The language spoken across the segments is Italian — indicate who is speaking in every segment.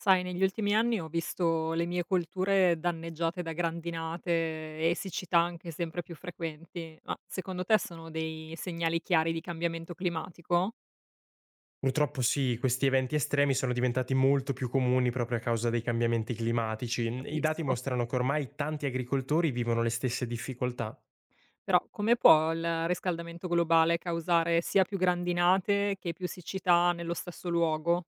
Speaker 1: Sai, negli ultimi anni ho visto le mie colture danneggiate da grandinate e siccità anche sempre più frequenti, ma secondo te sono dei segnali chiari di cambiamento climatico?
Speaker 2: Purtroppo sì, questi eventi estremi sono diventati molto più comuni proprio a causa dei cambiamenti climatici. I dati
Speaker 1: Capisco.
Speaker 2: mostrano che ormai tanti agricoltori vivono le stesse difficoltà.
Speaker 1: Però come può il riscaldamento globale causare sia più grandinate che più siccità nello stesso luogo?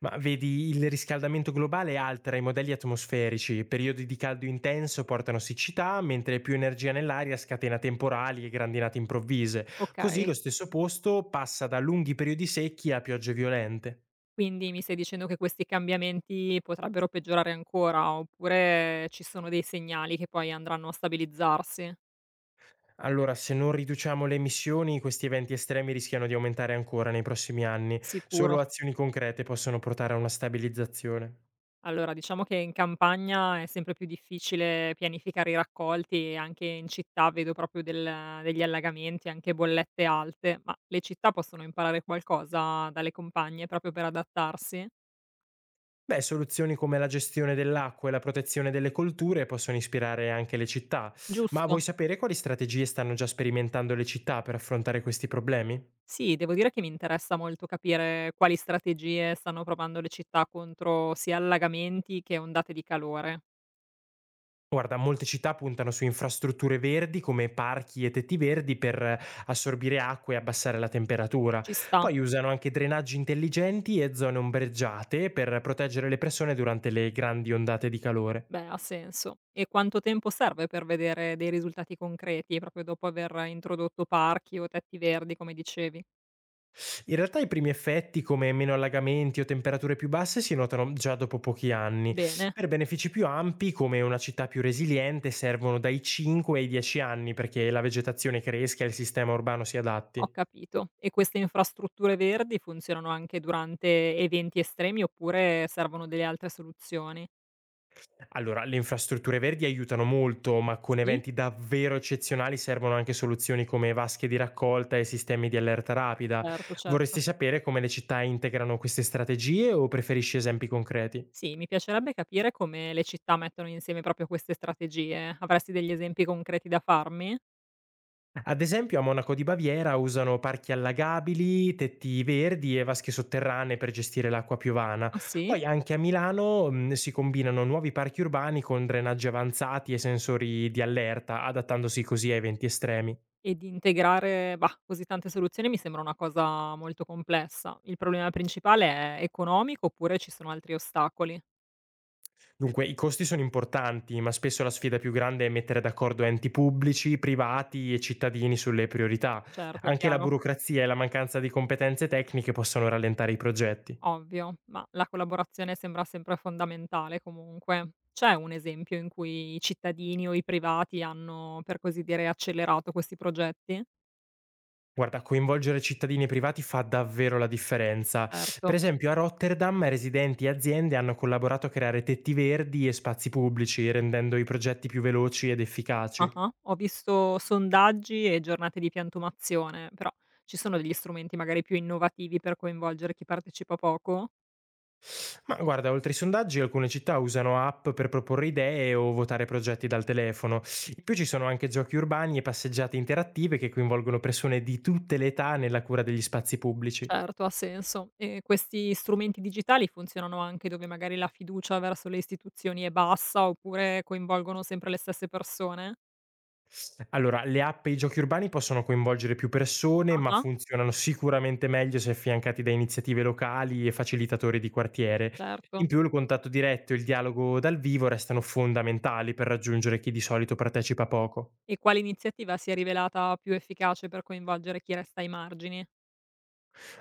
Speaker 2: Ma vedi, il riscaldamento globale altera i modelli atmosferici, periodi di caldo intenso portano siccità, mentre più energia nell'aria scatena temporali e grandinate improvvise.
Speaker 1: Ok,
Speaker 2: Così lo stesso posto passa da lunghi periodi secchi a piogge violente.
Speaker 1: quindi mi stai dicendo che questi cambiamenti potrebbero peggiorare ancora, oppure ci sono dei segnali che poi andranno a stabilizzarsi?
Speaker 2: Allora, se non riduciamo le emissioni, questi eventi estremi rischiano di aumentare ancora nei prossimi anni.
Speaker 1: Sicuro.
Speaker 2: Solo azioni concrete possono portare a una stabilizzazione.
Speaker 1: Allora, diciamo che in campagna è sempre più difficile pianificare i raccolti e anche in città vedo proprio del degli allagamenti, anche bollette alte, ma le città possono imparare qualcosa dalle compagne proprio per adattarsi?
Speaker 2: Beh, soluzioni come la gestione dell'acqua e la protezione delle colture possono ispirare anche le città. Ma
Speaker 1: Giusto.
Speaker 2: vuoi sapere quali strategie stanno già sperimentando le città per affrontare questi problemi?
Speaker 1: Sì, devo dire che mi interessa molto capire quali strategie stanno provando le città contro sia allagamenti che ondate di calore.
Speaker 2: Guarda, molte città puntano su infrastrutture verdi come parchi e tetti verdi per assorbire acqua e abbassare la temperatura.
Speaker 1: Ci sta.
Speaker 2: Poi usano anche drenaggi intelligenti e zone ombreggiate per proteggere le persone durante le grandi ondate di calore.
Speaker 1: Beh, ha senso. E quanto tempo serve per vedere dei risultati concreti, proprio dopo aver introdotto parchi o tetti verdi, come dicevi?
Speaker 2: In realtà i primi effetti come meno allagamenti o temperature più basse si notano già dopo pochi anni.
Speaker 1: Bene,
Speaker 2: Per benefici più ampi come una città più resiliente servono dai 5 ai 10 anni perché la vegetazione cresca e il sistema urbano si
Speaker 1: ho
Speaker 2: adatti.
Speaker 1: capito. E queste infrastrutture verdi funzionano anche durante eventi estremi oppure servono delle altre soluzioni?
Speaker 2: Allora, le infrastrutture verdi aiutano molto, ma con
Speaker 1: Sì,
Speaker 2: eventi davvero eccezionali servono anche soluzioni come vasche di raccolta e sistemi di allerta rapida.
Speaker 1: certo, certo.
Speaker 2: Vorresti sapere come le città integrano queste strategie o preferisci esempi concreti?
Speaker 1: Sì, mi piacerebbe capire come le città mettono insieme proprio queste strategie. Avresti degli esempi concreti da farmi?
Speaker 2: Ad esempio, a Monaco di Baviera usano parchi allagabili, tetti verdi e vasche sotterranee per gestire l'acqua piovana.
Speaker 1: Ah, sì?
Speaker 2: Poi anche a Milano si combinano nuovi parchi urbani con drenaggi avanzati e sensori di allerta, adattandosi così a eventi estremi.
Speaker 1: E di integrare, bah, così tante soluzioni mi sembra una cosa molto complessa. Il problema principale è economico oppure ci sono altri ostacoli?
Speaker 2: Dunque, i costi sono importanti, ma spesso la sfida più grande è mettere d'accordo enti pubblici, privati e cittadini sulle priorità.
Speaker 1: Certo,
Speaker 2: Anche la
Speaker 1: chiaro,
Speaker 2: burocrazia e la mancanza di competenze tecniche possono rallentare i progetti.
Speaker 1: ovvio, ma la collaborazione sembra sempre fondamentale comunque. C'è un esempio in cui i cittadini o i privati hanno, per così dire, accelerato questi progetti?
Speaker 2: Guarda, coinvolgere cittadini e privati fa davvero la differenza.
Speaker 1: Certo.
Speaker 2: Per esempio, a Rotterdam residenti e aziende hanno collaborato a creare tetti verdi e spazi pubblici, rendendo i progetti più veloci ed efficaci.
Speaker 1: Ah-ah. Ho visto sondaggi e giornate di piantumazione, però ci sono degli strumenti magari più innovativi per coinvolgere chi partecipa poco?
Speaker 2: Ma guarda, oltre ai sondaggi, alcune città usano app per proporre idee o votare progetti dal telefono. In più ci sono anche giochi urbani e passeggiate interattive che coinvolgono persone di tutte le età nella cura degli spazi pubblici.
Speaker 1: Certo, ha senso. E questi strumenti digitali funzionano anche dove magari la fiducia verso le istituzioni è bassa oppure coinvolgono sempre le stesse persone?
Speaker 2: Allora, le app e i giochi urbani possono coinvolgere più persone, ma
Speaker 1: Ah-ah,
Speaker 2: funzionano sicuramente meglio se affiancati da iniziative locali e facilitatori di quartiere. In
Speaker 1: certo.
Speaker 2: più il contatto diretto e il dialogo dal vivo restano fondamentali per raggiungere chi di solito partecipa poco.
Speaker 1: E quale iniziativa si è rivelata più efficace per coinvolgere chi resta ai margini?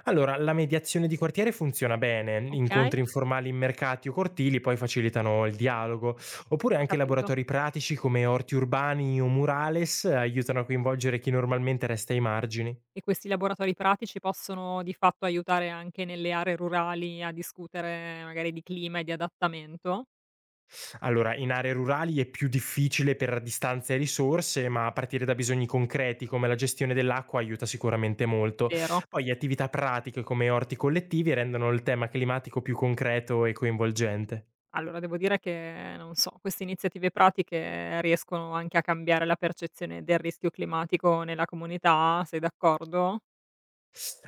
Speaker 2: Allora, la mediazione di quartiere funziona bene, incontri
Speaker 1: Okay,
Speaker 2: informali in mercati o cortili poi facilitano il dialogo, oppure
Speaker 1: ho
Speaker 2: anche
Speaker 1: capito.
Speaker 2: laboratori pratici come orti urbani o murales, aiutano a coinvolgere chi normalmente resta ai margini.
Speaker 1: E questi laboratori pratici possono di fatto aiutare anche nelle aree rurali a discutere magari di clima e di adattamento?
Speaker 2: Allora, in aree rurali è più difficile per distanze e risorse, ma a partire da bisogni concreti come la gestione dell'acqua aiuta sicuramente molto.
Speaker 1: Vero?
Speaker 2: Poi attività pratiche come orti collettivi rendono il tema climatico più concreto e coinvolgente.
Speaker 1: Allora, devo dire che, non so, queste iniziative pratiche riescono anche a cambiare la percezione del rischio climatico nella comunità, sei d'accordo?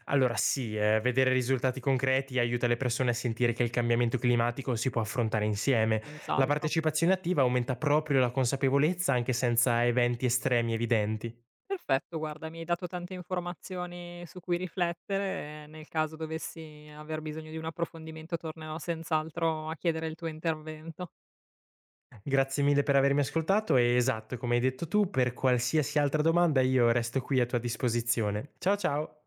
Speaker 2: Allora sì, vedere risultati concreti aiuta le persone a sentire che il cambiamento climatico si può affrontare insieme. La
Speaker 1: Senz'altro.
Speaker 2: partecipazione attiva aumenta proprio la consapevolezza anche senza eventi estremi evidenti.
Speaker 1: Perfetto, guarda, mi hai dato tante informazioni su cui riflettere e nel caso dovessi aver bisogno di un approfondimento tornerò senz'altro a chiedere il tuo intervento.
Speaker 2: Grazie mille per avermi ascoltato e esatto, come hai detto tu, per qualsiasi altra domanda io resto qui a tua disposizione. Ciao ciao!